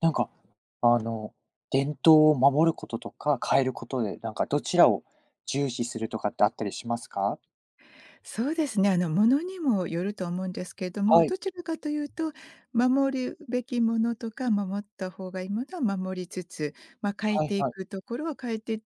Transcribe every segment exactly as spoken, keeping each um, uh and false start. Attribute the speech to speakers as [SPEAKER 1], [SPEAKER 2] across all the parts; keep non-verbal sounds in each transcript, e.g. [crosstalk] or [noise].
[SPEAKER 1] なんか、あの、伝統を守ることとか変えることで、なんかどちらを重視するとかってあったりしますか？
[SPEAKER 2] そうですね。あの、ものにもよると思うんですけれども、
[SPEAKER 1] はい、
[SPEAKER 2] どちらかというと、守るべきものとか、守った方がいいものは守りつつ、まあ、変え
[SPEAKER 1] はい
[SPEAKER 2] てい
[SPEAKER 1] はい。
[SPEAKER 2] くところは変えてい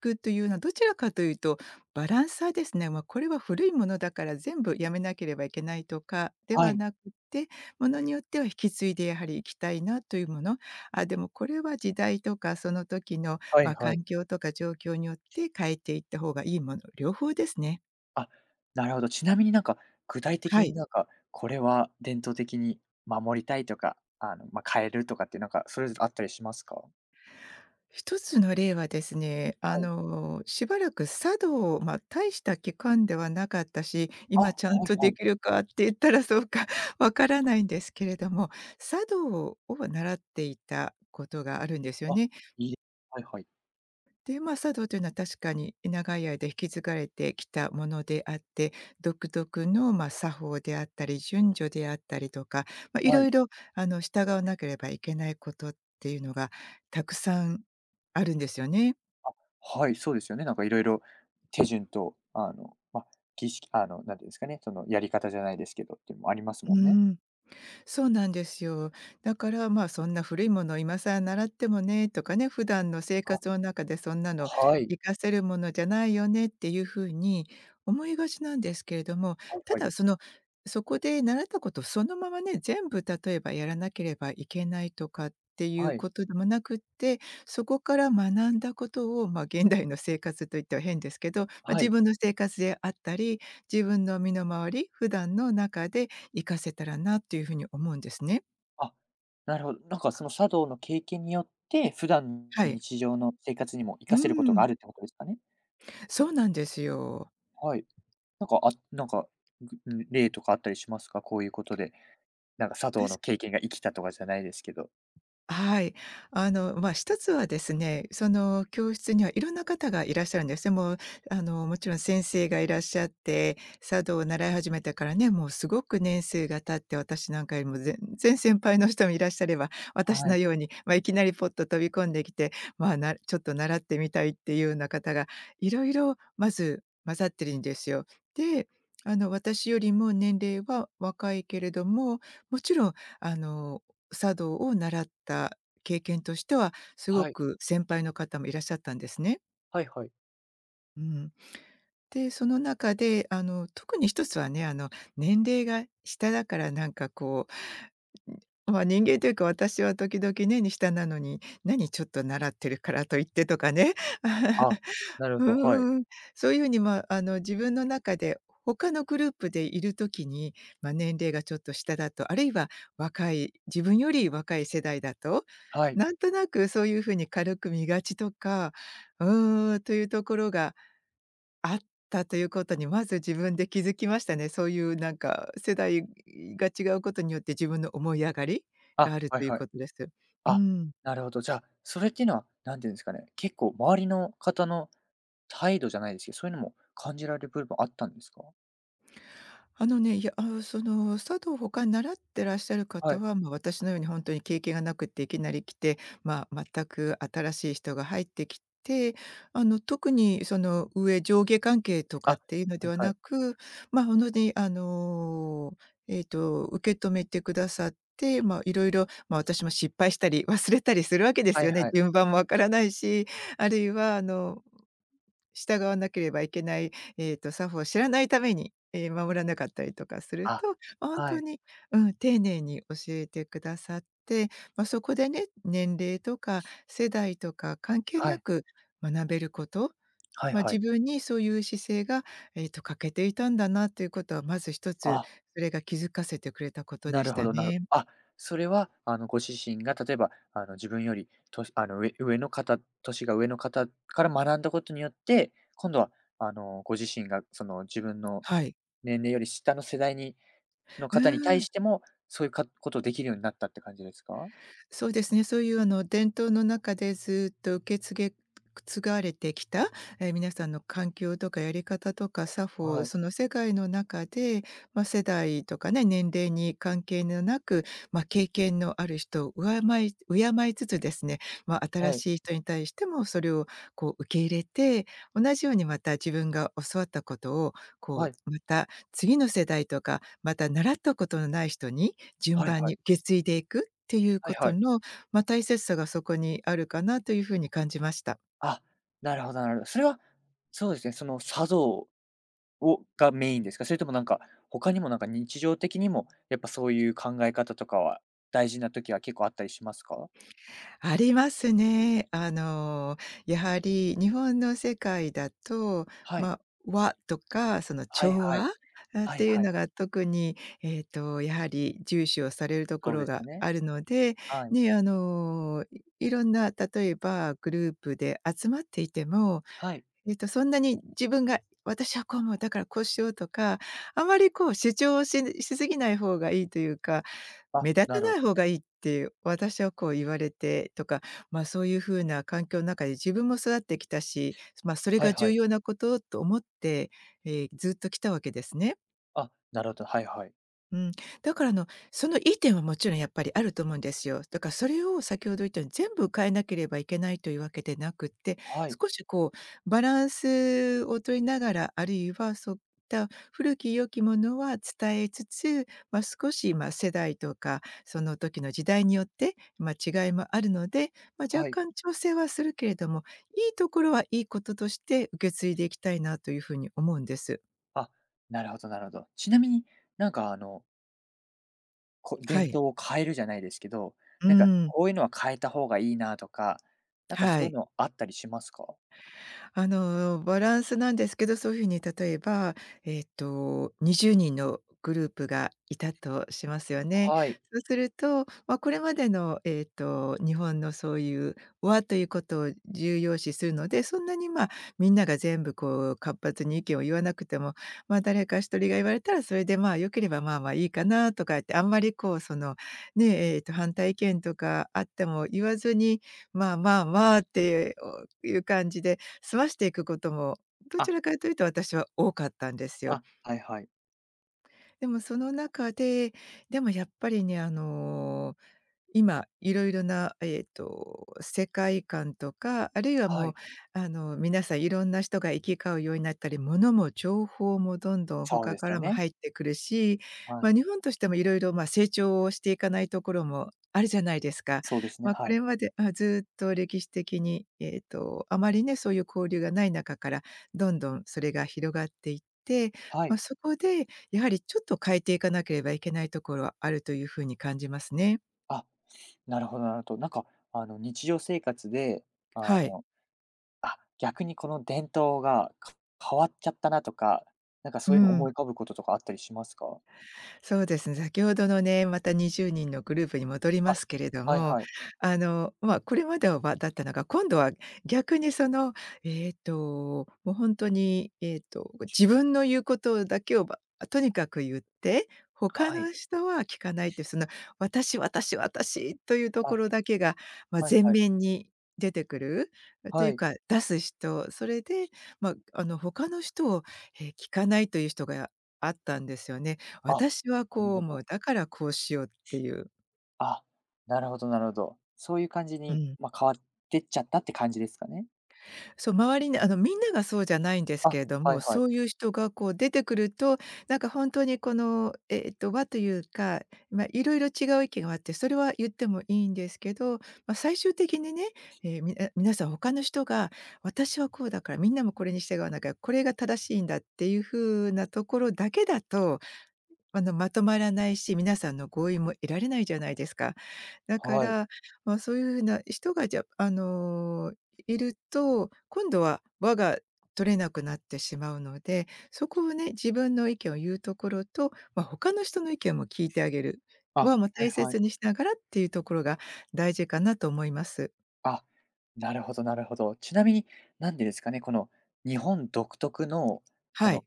[SPEAKER 2] くというのは、どちらかというと、バランサーですね。まあ、これは古いものだから全部やめなければいけないとかで
[SPEAKER 1] は
[SPEAKER 2] は
[SPEAKER 1] い、
[SPEAKER 2] なくて、ものによっては引き継いでやはりいきたいなというもの、あ、でもこれは時代とかその時の、
[SPEAKER 1] は
[SPEAKER 2] ま
[SPEAKER 1] い
[SPEAKER 2] あ、
[SPEAKER 1] はい。
[SPEAKER 2] 環境とか状況によって変えていった方がいいもの、両方ですね。
[SPEAKER 1] あ、なるほど。ちなみになんか、具体的
[SPEAKER 2] は
[SPEAKER 1] に
[SPEAKER 2] い。
[SPEAKER 1] なんか、これは伝統的に守りたいとか、あの、まあ、変えるとかってなんか、それぞれあったりしますか？
[SPEAKER 2] 一つの例はですね、あ
[SPEAKER 1] はい。
[SPEAKER 2] の、しばらく茶道を、まあ、大した期間ではなかったし、
[SPEAKER 1] あ、
[SPEAKER 2] 今
[SPEAKER 1] は
[SPEAKER 2] ちゃん
[SPEAKER 1] い
[SPEAKER 2] と
[SPEAKER 1] は
[SPEAKER 2] で
[SPEAKER 1] い。
[SPEAKER 2] きるかって言ったらそうか [laughs] わからないんですけれども、茶道を習っていたことがあるんですよ
[SPEAKER 1] あ、
[SPEAKER 2] ね。
[SPEAKER 1] いいですはいはい。
[SPEAKER 2] で、まあ、茶道というのは確かに長い間引き継がれてきたものであって、独特の、まあ、作法であったり、順序であったりとか、まあ、い
[SPEAKER 1] は
[SPEAKER 2] ろ
[SPEAKER 1] い。
[SPEAKER 2] いろあの、従わなければいけないことっていうのがたくさんあるんですよね。
[SPEAKER 1] はい、そうですよね。なんかいろいろ手順と、あの、まあ、儀式あの、なんていうんですかね、そのやり方じゃないですけどっていうのもあります
[SPEAKER 2] う
[SPEAKER 1] もんね。
[SPEAKER 2] ん、そうなんですよ。だから、まあ、そんな古いものを今更習ってもねとかね、普段の生
[SPEAKER 1] あ、
[SPEAKER 2] 活の中でそんなの
[SPEAKER 1] はい。
[SPEAKER 2] 活かせるものじゃないよねっていう風に思いがちなんですけれども、
[SPEAKER 1] はい
[SPEAKER 2] た
[SPEAKER 1] はい。
[SPEAKER 2] だその、そこで習ったことそのままね、全部例えばやらなければいけないとかってい
[SPEAKER 1] は
[SPEAKER 2] う
[SPEAKER 1] い。
[SPEAKER 2] ことでもなくって、そこから学んだことを、まあ、現代の生活といっては変ですけど、まあ、
[SPEAKER 1] は
[SPEAKER 2] 自
[SPEAKER 1] い。
[SPEAKER 2] 分の生活であったり、自分の身の回り、普段の中で活かせたらなっていうふうに思うんですね。
[SPEAKER 1] あ、なるほど。なんかその茶道の経験によって、普段
[SPEAKER 2] は
[SPEAKER 1] の
[SPEAKER 2] い。
[SPEAKER 1] 日常の生活にも活
[SPEAKER 2] う
[SPEAKER 1] かせることが
[SPEAKER 2] ん、
[SPEAKER 1] あるってことですかね？
[SPEAKER 2] そうなんですよ。
[SPEAKER 1] はい。なんか、あなんか、ぐん、例とかあったりしますか？こういうことで、なんか茶道
[SPEAKER 2] 確
[SPEAKER 1] の経験が生きたとかじゃないですけど。
[SPEAKER 2] はい。あの、まあ、一つはですね、その教室にはいろんな方がいらっしゃるんですね。もう、あの、もちろん先生がいらっしゃって、茶道を習い始めてからね、もうすごく年数が経って、私なんかよりも全然先輩の人もいらっしゃれば、私
[SPEAKER 1] は
[SPEAKER 2] の
[SPEAKER 1] い。
[SPEAKER 2] ように、まあ、いきなりポッと飛び込んできて、まあ、なちょっと習ってみたいっていうような方がいろいろまず混ざってるんですよ。で、あの、私よりも年齢は若いけれども、もちろんあの茶道を習った経験としては、すご
[SPEAKER 1] はい。
[SPEAKER 2] く先輩の方もいらっしゃったんですね。
[SPEAKER 1] はいはい。
[SPEAKER 2] うん。で、その中で、あの、特に一つはね、あの、年齢が下だから、なんかこう、まあ、人間というか、私は時々ね、に下なのに、何ちょっと習ってるからといってとかね。
[SPEAKER 1] あ、
[SPEAKER 2] [laughs]
[SPEAKER 1] なるほど、はい。
[SPEAKER 2] うーん。そういうふうに、まあ、あの、自分の中で他のグループでいる時に、まあ、年齢がちょっと下だと、あるいは若い自分より若い世代だと、
[SPEAKER 1] はい。
[SPEAKER 2] なんとなくそういうふうに軽く見がちとか、うーん、というところがあったということに、まず自分で気づきましたね。そういうなんか世代が違うことによって自分の思い上がりが
[SPEAKER 1] あ、
[SPEAKER 2] ある
[SPEAKER 1] はい
[SPEAKER 2] という
[SPEAKER 1] はい。
[SPEAKER 2] ことです。う
[SPEAKER 1] あ、
[SPEAKER 2] ん。
[SPEAKER 1] なるほど。じゃあ、それっていうのは、なんていうんですかね、結構周りの方の態度じゃないですけど、そういうのも感じられる部分あったんですか？
[SPEAKER 2] あのね、いや、あの、その、茶道を他に習ってらっしゃる
[SPEAKER 1] は
[SPEAKER 2] 方
[SPEAKER 1] い。
[SPEAKER 2] は、まあ、私のように本当に経験がなくっていきなり来て、まあ、全く新しい人が入ってきて、あの、特にその上上下関係と
[SPEAKER 1] あ、
[SPEAKER 2] かっていうので
[SPEAKER 1] はい
[SPEAKER 2] は
[SPEAKER 1] は
[SPEAKER 2] な
[SPEAKER 1] い。
[SPEAKER 2] く、ま、あ本当にあの、えっと、受け止めてくださって、まあ、いろいろまあ、私も失敗したり忘れたりするわけで
[SPEAKER 1] は
[SPEAKER 2] す
[SPEAKER 1] い
[SPEAKER 2] よね。
[SPEAKER 1] はい。
[SPEAKER 2] 順番もわからないし、あるいはあの従わなければいけない、ええと、作法を知らないために、えー守らなかったりとかする
[SPEAKER 1] あ、
[SPEAKER 2] と、本
[SPEAKER 1] は
[SPEAKER 2] 当
[SPEAKER 1] い。
[SPEAKER 2] に、うん、丁寧に教えてくださって、まあ、そこでね、年齢とか世代とか関係
[SPEAKER 1] は
[SPEAKER 2] な
[SPEAKER 1] い。
[SPEAKER 2] く学べること、
[SPEAKER 1] はい
[SPEAKER 2] まあ、
[SPEAKER 1] は
[SPEAKER 2] 自
[SPEAKER 1] い。
[SPEAKER 2] 分にそういう姿勢が、ええと、欠けていたんだなということはまず一つ、
[SPEAKER 1] あ、
[SPEAKER 2] それが気づかせてくれたこと
[SPEAKER 1] な
[SPEAKER 2] でし
[SPEAKER 1] るほ
[SPEAKER 2] た
[SPEAKER 1] どなるほど、
[SPEAKER 2] ね。
[SPEAKER 1] あ、それは、あの、ご自身が例えば、あの、自分よりとあの、上上の方、年が上の方から学んだことによって、今度は、あの、ご自身がその自分の
[SPEAKER 2] はい。
[SPEAKER 1] 年齢より下の世代に、の
[SPEAKER 2] う
[SPEAKER 1] 方に対
[SPEAKER 2] ん。
[SPEAKER 1] しても、そういうかことできるようになったって感じですか？
[SPEAKER 2] そうですね、そういうあの伝統の中でずっと受け継げ継がれてきた、えー皆さんの環境とかやり方とか作法、
[SPEAKER 1] はい、
[SPEAKER 2] その世界の中で、まあ、世代とかね、年齢に関係のなく、まあ、経験のある人を敬い、敬いつつですね、まあ、新
[SPEAKER 1] はい、
[SPEAKER 2] しい人に対してもそれをこう受け入れて、同じようにまた自分が教わったことを、こ
[SPEAKER 1] は
[SPEAKER 2] う、
[SPEAKER 1] い、
[SPEAKER 2] また次の世代とか、また習ったことのない人に順
[SPEAKER 1] はい
[SPEAKER 2] 番
[SPEAKER 1] は
[SPEAKER 2] に
[SPEAKER 1] い、
[SPEAKER 2] 受け継いでいくっていう
[SPEAKER 1] は
[SPEAKER 2] こ
[SPEAKER 1] い
[SPEAKER 2] と
[SPEAKER 1] はい。
[SPEAKER 2] の、ま、大切さがそこにあるかなというふうに感じました。
[SPEAKER 1] あ、なるほどなるほど。それは、そうですね、その茶道をがメインですか？それともなんか、他にもなんか日常的にも、やっぱそういう考え方とかは、大事な時は結構あったりしますか？
[SPEAKER 2] ありますね。あの、やはり日本の世界だと、
[SPEAKER 1] はい、
[SPEAKER 2] ま、和とかその
[SPEAKER 1] はい
[SPEAKER 2] 調
[SPEAKER 1] はい、
[SPEAKER 2] 和、あ、っ
[SPEAKER 1] はい
[SPEAKER 2] ていう
[SPEAKER 1] はい、
[SPEAKER 2] のが特に、えっと、やはり重視をされるとこ
[SPEAKER 1] そう
[SPEAKER 2] ろ
[SPEAKER 1] です
[SPEAKER 2] が
[SPEAKER 1] よね。
[SPEAKER 2] あるので、
[SPEAKER 1] はい、
[SPEAKER 2] ね、あの、いいろんな例えばグループで集まっていても
[SPEAKER 1] はい。
[SPEAKER 2] えっと、そんなに自分が「私はこう思う、だからこうしよう」とか、あまりこう主張をししすぎない方がいいというか、
[SPEAKER 1] あ、
[SPEAKER 2] 目立
[SPEAKER 1] な
[SPEAKER 2] た
[SPEAKER 1] るほ
[SPEAKER 2] ない
[SPEAKER 1] ど。
[SPEAKER 2] 方がいいって私はこう言われてとか、まあ、そういう風な環境の中で自分も育ってきたし、まあ、それ
[SPEAKER 1] はい
[SPEAKER 2] が
[SPEAKER 1] は
[SPEAKER 2] 重
[SPEAKER 1] い。
[SPEAKER 2] 要なことと思って、ええ、ずっと来たわけですね。
[SPEAKER 1] あ、なるほど、はいはい。
[SPEAKER 2] うん、だからあの、そのいい点はもちろんやっぱりあると思うんですよ。だからそれを先ほど言ったように全部変えなければいけないというわけでなくって、
[SPEAKER 1] はい、
[SPEAKER 2] 少しこうバランスを取りながら、あるいはそういった古き良きものは伝えつつ、まあ、少し、ま、世代とかその時の時代によって、まあ、違いもあるので、まあ、
[SPEAKER 1] はい。
[SPEAKER 2] 若干調整はするけれども、いいところはいいこととして受け継いでいきたいなというふうに思うんです。
[SPEAKER 1] あ、なるほどなるほど。ちなみに、なんかあの、こ
[SPEAKER 2] は
[SPEAKER 1] 伝
[SPEAKER 2] い。
[SPEAKER 1] 統を変えるじゃないですけど、
[SPEAKER 2] う
[SPEAKER 1] なんか
[SPEAKER 2] ん、
[SPEAKER 1] こういうのは変えた方がいいなとか、なんか
[SPEAKER 2] は
[SPEAKER 1] そうい
[SPEAKER 2] い。
[SPEAKER 1] うのあったりしますか？
[SPEAKER 2] あの、バランスなんですけど、そういうふうに例えば、えっと、にじゅうにんのグループがいたとしますよね。
[SPEAKER 1] はい。
[SPEAKER 2] そうすると、まあ、これまでの、えっと、日本のそういう和ということを重要視するので、そんなに、ま、みんなが全部こう活発に意見を言わなくても、まあ、誰か一人が言われたら、それで、まあ、良ければまあまあいいかなとかって、あんまりこう、その、ね、えっと、反対意見とかあっても言わずに、まあまあまあっていう感じで済ましていくことも、ど
[SPEAKER 1] あ、
[SPEAKER 2] ちらかというと私は多かったんですよ。
[SPEAKER 1] あ、はいはい。
[SPEAKER 2] でもその中で、でもやっぱりね、あの今、いろいろな、えっと、世界観とか、あるいは
[SPEAKER 1] は
[SPEAKER 2] もう、
[SPEAKER 1] い。
[SPEAKER 2] あの、皆さんいろんな人が行き交うようになったり、物も情報もどんどん
[SPEAKER 1] そう
[SPEAKER 2] 他
[SPEAKER 1] です
[SPEAKER 2] か
[SPEAKER 1] よ
[SPEAKER 2] らも
[SPEAKER 1] ね。
[SPEAKER 2] 入ってくるし、
[SPEAKER 1] は
[SPEAKER 2] まあ、
[SPEAKER 1] い。
[SPEAKER 2] 日本としてもいろいろ、まあ、成長をしていかないところもあるじゃないですか。
[SPEAKER 1] そうですね、
[SPEAKER 2] まあ、こ
[SPEAKER 1] はい。
[SPEAKER 2] れまで、あ、ずっと歴史的に、えっと、あまりね、そういう交流がない中から、どんどんそれが広がっていって、
[SPEAKER 1] は
[SPEAKER 2] まあ、
[SPEAKER 1] い。
[SPEAKER 2] そこでやはりちょっと変えていかなければいけないところはあるというふうに感じますね。
[SPEAKER 1] あ、なるほどなるほど。なんかあの日常生活で、あ
[SPEAKER 2] はい。
[SPEAKER 1] の、あ、逆にこの伝統が、か変わっちゃったなとか、なんか
[SPEAKER 2] う
[SPEAKER 1] そういうの
[SPEAKER 2] ん、
[SPEAKER 1] 思い浮かぶこととかあったりしますか？
[SPEAKER 2] そうですね。先ほどのね、またにじゅうにんのグループに戻りま
[SPEAKER 1] あ、
[SPEAKER 2] すけれど
[SPEAKER 1] はい
[SPEAKER 2] も、
[SPEAKER 1] はい。
[SPEAKER 2] あの、まあ、これまではだったのが、今度は逆にその、えっと、もう本当に、えっと、自分の言うことだけをばとにかく言って、他
[SPEAKER 1] はい。
[SPEAKER 2] の人は聞かないっていう、その「私、私、私」というとこ
[SPEAKER 1] あ、
[SPEAKER 2] ろだけが、まあ、
[SPEAKER 1] はい
[SPEAKER 2] 前
[SPEAKER 1] はい。
[SPEAKER 2] 面に出てくる、とい
[SPEAKER 1] は
[SPEAKER 2] う
[SPEAKER 1] い。
[SPEAKER 2] か、出す人、それで、まあ、あの、他の人を、え、聞かないという人があったんですよね。
[SPEAKER 1] あ、
[SPEAKER 2] 私は
[SPEAKER 1] なる
[SPEAKER 2] こう
[SPEAKER 1] ほ
[SPEAKER 2] 思う、
[SPEAKER 1] ど。
[SPEAKER 2] だからこうしようっていう。
[SPEAKER 1] あ、なるほどなるほど。そういう感じ
[SPEAKER 2] う
[SPEAKER 1] に、
[SPEAKER 2] ん。
[SPEAKER 1] まあ、変わってっちゃったって感じですかね？
[SPEAKER 2] そう、周りにあの、みんながそうじゃないんです
[SPEAKER 1] あ、
[SPEAKER 2] けれど
[SPEAKER 1] はい
[SPEAKER 2] も、
[SPEAKER 1] は
[SPEAKER 2] そ
[SPEAKER 1] い。
[SPEAKER 2] ういう人がこう出てくると、なんか本当にこの、えっと、和というか、まあ、いろいろ違う意見があって、それは言ってもいいんですけど、まあ、最終的にね、ええ、みな皆さん他の人が、私はこうだからみんなもこれに従わなきゃ、これが正しいんだっていう風なところだけだとあの、まとまらないし、皆さんの合意も得られないじゃないですか。だか
[SPEAKER 1] はい。
[SPEAKER 2] ら、まあ、そういうふうな人が、じゃ、あの、いると、今度は輪が取れなくなってしまうので、そこをね、自分の意見を言うところと、まあ、他の人の意見も聞いてあげる、
[SPEAKER 1] あ、
[SPEAKER 2] 輪も
[SPEAKER 1] はい
[SPEAKER 2] 大
[SPEAKER 1] は
[SPEAKER 2] 切
[SPEAKER 1] い。
[SPEAKER 2] にしながらっていうところが大事かなと思います。
[SPEAKER 1] あ、なるほどなるほど。ちなみに、なんでですかね、この日本独特の、こ
[SPEAKER 2] は
[SPEAKER 1] の
[SPEAKER 2] い。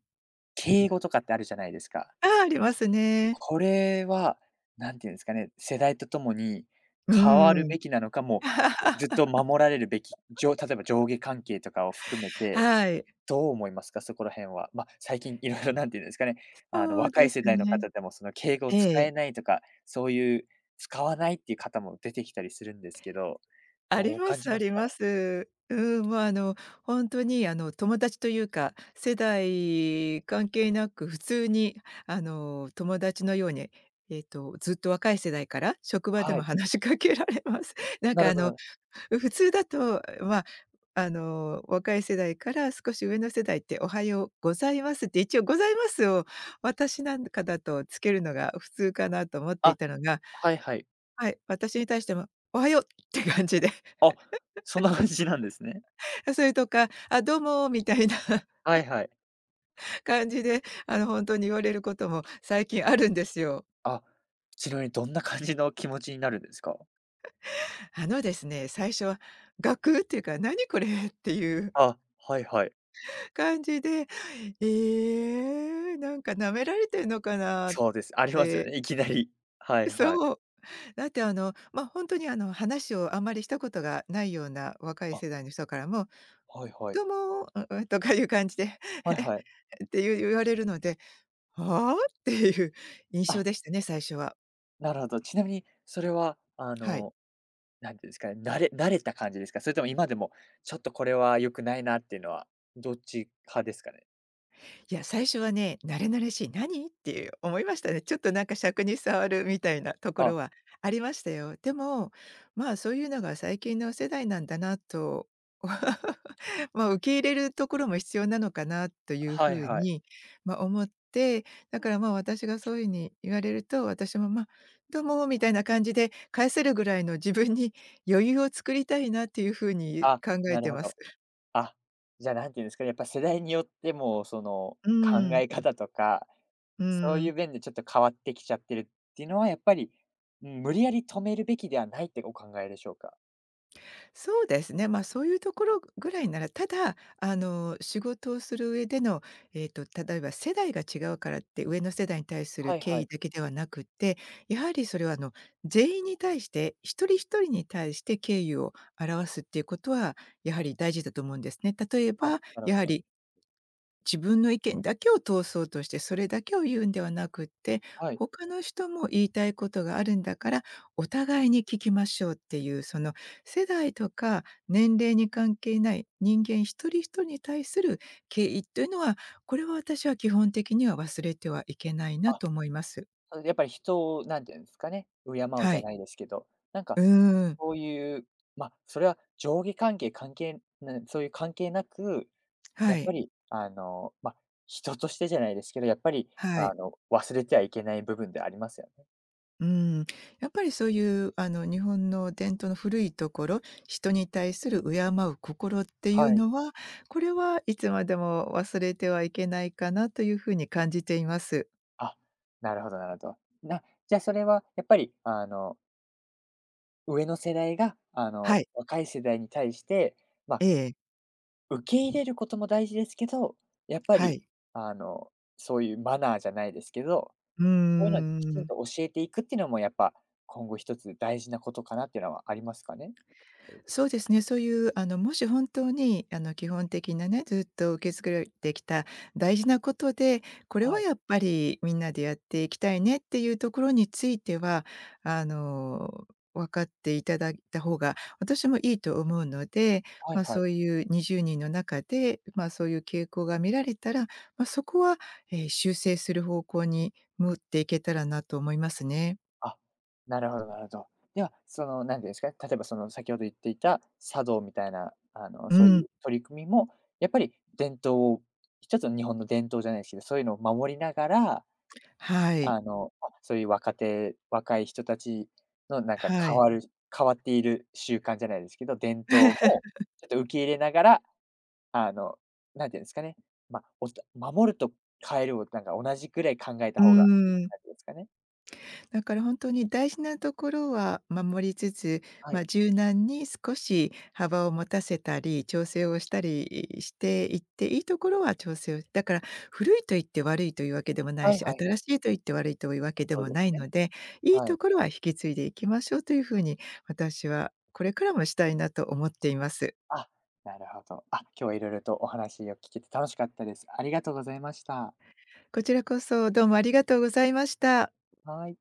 [SPEAKER 1] 敬語とかってあるじゃないですか。
[SPEAKER 2] ああ、ありますね。
[SPEAKER 1] これは、なんていうんですかね、世代とともに
[SPEAKER 2] う
[SPEAKER 1] 変わる
[SPEAKER 2] ん。
[SPEAKER 1] べきなのか、もうずっと
[SPEAKER 2] [laughs]
[SPEAKER 1] 守られるべき、じょ例えば上下関係とかを含めて
[SPEAKER 2] はい。
[SPEAKER 1] どう思いますか？そこら辺は。まあ、最近、いいろいろなんて言うんですかね、あの、
[SPEAKER 2] そう
[SPEAKER 1] 若
[SPEAKER 2] で
[SPEAKER 1] い
[SPEAKER 2] す
[SPEAKER 1] 世代の
[SPEAKER 2] ね。
[SPEAKER 1] 方でもその敬語を使
[SPEAKER 2] ええ、
[SPEAKER 1] えないとか、そういう使わないっていう方も出てきたりするんですけど、
[SPEAKER 2] あり
[SPEAKER 1] どう
[SPEAKER 2] ま
[SPEAKER 1] 感
[SPEAKER 2] す
[SPEAKER 1] じ
[SPEAKER 2] あ
[SPEAKER 1] ます
[SPEAKER 2] り
[SPEAKER 1] か？
[SPEAKER 2] ます。うん、もうあの、本当にあの、友達というか、世代関係なく普通にあの、友達のように、えっと、ずっと若い世代から、職場で
[SPEAKER 1] は
[SPEAKER 2] も
[SPEAKER 1] い。
[SPEAKER 2] 話しかけられます。[laughs] なん
[SPEAKER 1] な
[SPEAKER 2] か
[SPEAKER 1] るほ
[SPEAKER 2] あ
[SPEAKER 1] どな
[SPEAKER 2] の、
[SPEAKER 1] るほど、
[SPEAKER 2] 普通だと、ま、ああの、若い世代から少し上の世代って、おはようございますって、一応ございますを、私なんかだとつけるのが普通かなと思ってい
[SPEAKER 1] あ、
[SPEAKER 2] たのが、
[SPEAKER 1] はいはい。
[SPEAKER 2] はい、私に対しても、おはようって感じで。
[SPEAKER 1] あ、そんな感じなんですね。
[SPEAKER 2] あ、それとか、「あ、どうも」みたいな [laughs]
[SPEAKER 1] はいはい。
[SPEAKER 2] 感じで、あの、本当に言われることも最近あるんですよ。
[SPEAKER 1] あ、ちなみにどんな感じの気持ちになるんですか？
[SPEAKER 2] あのですね、最初はガクっていうか、「何これ」っていう
[SPEAKER 1] あ、はいはい。
[SPEAKER 2] 感じで、「えーなんか舐められてんのかな」っ
[SPEAKER 1] そうです。ありますよ
[SPEAKER 2] て
[SPEAKER 1] ね、いきなり。はいはい。
[SPEAKER 2] そう。だってあの、ま、あ本当にあの、話をあんまりしたことがないような若い
[SPEAKER 1] あ、
[SPEAKER 2] 世代の人からも、
[SPEAKER 1] はいはい。
[SPEAKER 2] 「どうも」「ううとかいう感じで
[SPEAKER 1] はいはい。
[SPEAKER 2] [laughs]、「っていう言われるので、「はあ？」っていう印象
[SPEAKER 1] あ、
[SPEAKER 2] でしたね、最初は。
[SPEAKER 1] なるほど。ちなみにそれは、あ
[SPEAKER 2] はい。
[SPEAKER 1] の、なんていうんですかね、慣れ慣れた感じですか？それとも今でも、ちょっとこれは良くないなっていうのは、どっち派ですかね？
[SPEAKER 2] いや、最初はね、慣れ慣れしい、何？っていう思いましたね。ちょっとなんか尺に触るみたいなところ
[SPEAKER 1] あ、
[SPEAKER 2] はありましたよ。でも、まあ、そういうのが最近の世代なんだなと、[laughs] まあ、受け入れるところも必要なのかなというふ
[SPEAKER 1] はい
[SPEAKER 2] う
[SPEAKER 1] はい。
[SPEAKER 2] に、まあ、思って、だから、まあ、私がそういうふうに言われると、私も、ま、あどうもみたいな感じで返せるぐらいの自分に [laughs] 余裕を作りたいなっていうふうに
[SPEAKER 1] あ、
[SPEAKER 2] 考え
[SPEAKER 1] なる
[SPEAKER 2] て
[SPEAKER 1] ほ
[SPEAKER 2] ます。
[SPEAKER 1] ど。あ、じゃあ、なんていうんですかね、やっぱ世代によっても、その、
[SPEAKER 2] う
[SPEAKER 1] 考
[SPEAKER 2] ん、
[SPEAKER 1] え方とか、
[SPEAKER 2] う
[SPEAKER 1] そうい
[SPEAKER 2] ん。
[SPEAKER 1] う面でちょっと変わってきちゃってるっていうのはやっぱり、うん、無理やり止めるべきではないってお考えでしょうか？
[SPEAKER 2] そうですね、ま、あそういうところぐらいなら、ただ、あの、仕事をする上での、えっと、例えば世代が違うからって、上の世代に対する
[SPEAKER 1] はい
[SPEAKER 2] 敬
[SPEAKER 1] は
[SPEAKER 2] 意
[SPEAKER 1] い。
[SPEAKER 2] だけではなくって、やはりそれは、あの、全員に対して、一人一人に対して敬意を表すっていうことは、やはり大事だと思うんですね。例え
[SPEAKER 1] あ、
[SPEAKER 2] ば、
[SPEAKER 1] なるほ
[SPEAKER 2] や
[SPEAKER 1] ど
[SPEAKER 2] は
[SPEAKER 1] なるほど、
[SPEAKER 2] り自分の意見だけを通そうとして、それだけを言うんではなくって、
[SPEAKER 1] はい。
[SPEAKER 2] 他の人も言いたいことがあるんだから、お互いに聞きましょうっていう、その世代とか年齢に関係ない人間一人一人に対する敬意というのは、これは私は基本的には忘れてはいけないな
[SPEAKER 1] あ
[SPEAKER 2] と思います。
[SPEAKER 1] そのやっぱり人をなんていうんですかね、敬う
[SPEAKER 2] は
[SPEAKER 1] じゃ
[SPEAKER 2] い。
[SPEAKER 1] ないですけど、なんか、
[SPEAKER 2] うーん。
[SPEAKER 1] そういう、まあ、それは上下関係関係なそういう関係なく、や
[SPEAKER 2] は
[SPEAKER 1] っぱ
[SPEAKER 2] い。
[SPEAKER 1] りあの、まあ、人としてじゃないですけど、やっぱり
[SPEAKER 2] は
[SPEAKER 1] あ
[SPEAKER 2] い。
[SPEAKER 1] の、忘れてはいけない部分でありますよね。
[SPEAKER 2] うん、やっぱりそういうあの日本の伝統の古いところ、人に対する敬う心っていう
[SPEAKER 1] はい。
[SPEAKER 2] のは、これはいつまでも忘れてはいけないかなというふうに感じています。
[SPEAKER 1] あ、なるほどなるほど。なじゃあ、それはやっぱりあの、上の世代があ
[SPEAKER 2] は
[SPEAKER 1] の、
[SPEAKER 2] い。
[SPEAKER 1] 若い世代に対して、まあ、
[SPEAKER 2] ええ。
[SPEAKER 1] 受け入れることも大事ですけど、やっぱ
[SPEAKER 2] は
[SPEAKER 1] り
[SPEAKER 2] い。
[SPEAKER 1] あの、そういうマナーじゃないですけど、
[SPEAKER 2] うー
[SPEAKER 1] そういうの、きちん
[SPEAKER 2] ん。
[SPEAKER 1] と教えていくっていうのも、やっぱ、今後一つ大事なことかなっていうのはありますかね？
[SPEAKER 2] そうですね、そういう、あの、もし本当に、あの、基本的なね、ずっと受け継がれてきた大事なことで、これは
[SPEAKER 1] はい。
[SPEAKER 2] やっぱりみんなでやっていきたいねっていうところについては、あの、分かっていただいた方が私もいいと思うので、
[SPEAKER 1] は
[SPEAKER 2] ま
[SPEAKER 1] い
[SPEAKER 2] あ、
[SPEAKER 1] は
[SPEAKER 2] そ
[SPEAKER 1] い。
[SPEAKER 2] ういうにじゅうにんの中で、まあ、そういう傾向が見られたら、まあ、そこは、えー修正する方向に持っていけたらなと思いますね。
[SPEAKER 1] あ、なるほどなるほど。では、その、なんていうんですかね、例えば、その、先ほど言っていた茶道みたいな、あの、
[SPEAKER 2] う
[SPEAKER 1] そうい
[SPEAKER 2] ん。
[SPEAKER 1] う取り組みも、やっぱり伝統を、一つの日本の伝統じゃないですけど、そういうのを守りながら、
[SPEAKER 2] はい。
[SPEAKER 1] あの、あ、そういう、若手若い人たちの、なんか、
[SPEAKER 2] は
[SPEAKER 1] 変
[SPEAKER 2] い。
[SPEAKER 1] わる変わっている習慣じゃないですけど、伝統もちょっと受け入れながら、あの、なんていうんですかね、ま、おと守ると変えるをなんか同じくらい考えた
[SPEAKER 2] う
[SPEAKER 1] 方がいいって
[SPEAKER 2] ん。
[SPEAKER 1] 感じですかね？
[SPEAKER 2] だから本当に大事なところは守りつつ、
[SPEAKER 1] は
[SPEAKER 2] まあ、
[SPEAKER 1] い。
[SPEAKER 2] 柔軟に少し幅を持たせたり、調整をしたりしていって、いいところは調整をだから古いと言って悪いというわけでもない
[SPEAKER 1] はい
[SPEAKER 2] し、
[SPEAKER 1] はいはい。
[SPEAKER 2] 新しいと言って悪いというわけで
[SPEAKER 1] そう
[SPEAKER 2] も
[SPEAKER 1] で
[SPEAKER 2] な
[SPEAKER 1] す
[SPEAKER 2] い
[SPEAKER 1] ね。
[SPEAKER 2] ので、いい
[SPEAKER 1] は
[SPEAKER 2] と
[SPEAKER 1] い。
[SPEAKER 2] ころは引き継いでいきましょうというふうに、私はこれからもしたいなと思っています。
[SPEAKER 1] あ、なるほど。あ、今日は色々とお話を聞けて楽しかったです。ありがとうございました。
[SPEAKER 2] こちらこそどうもありがとうございました。
[SPEAKER 1] はい。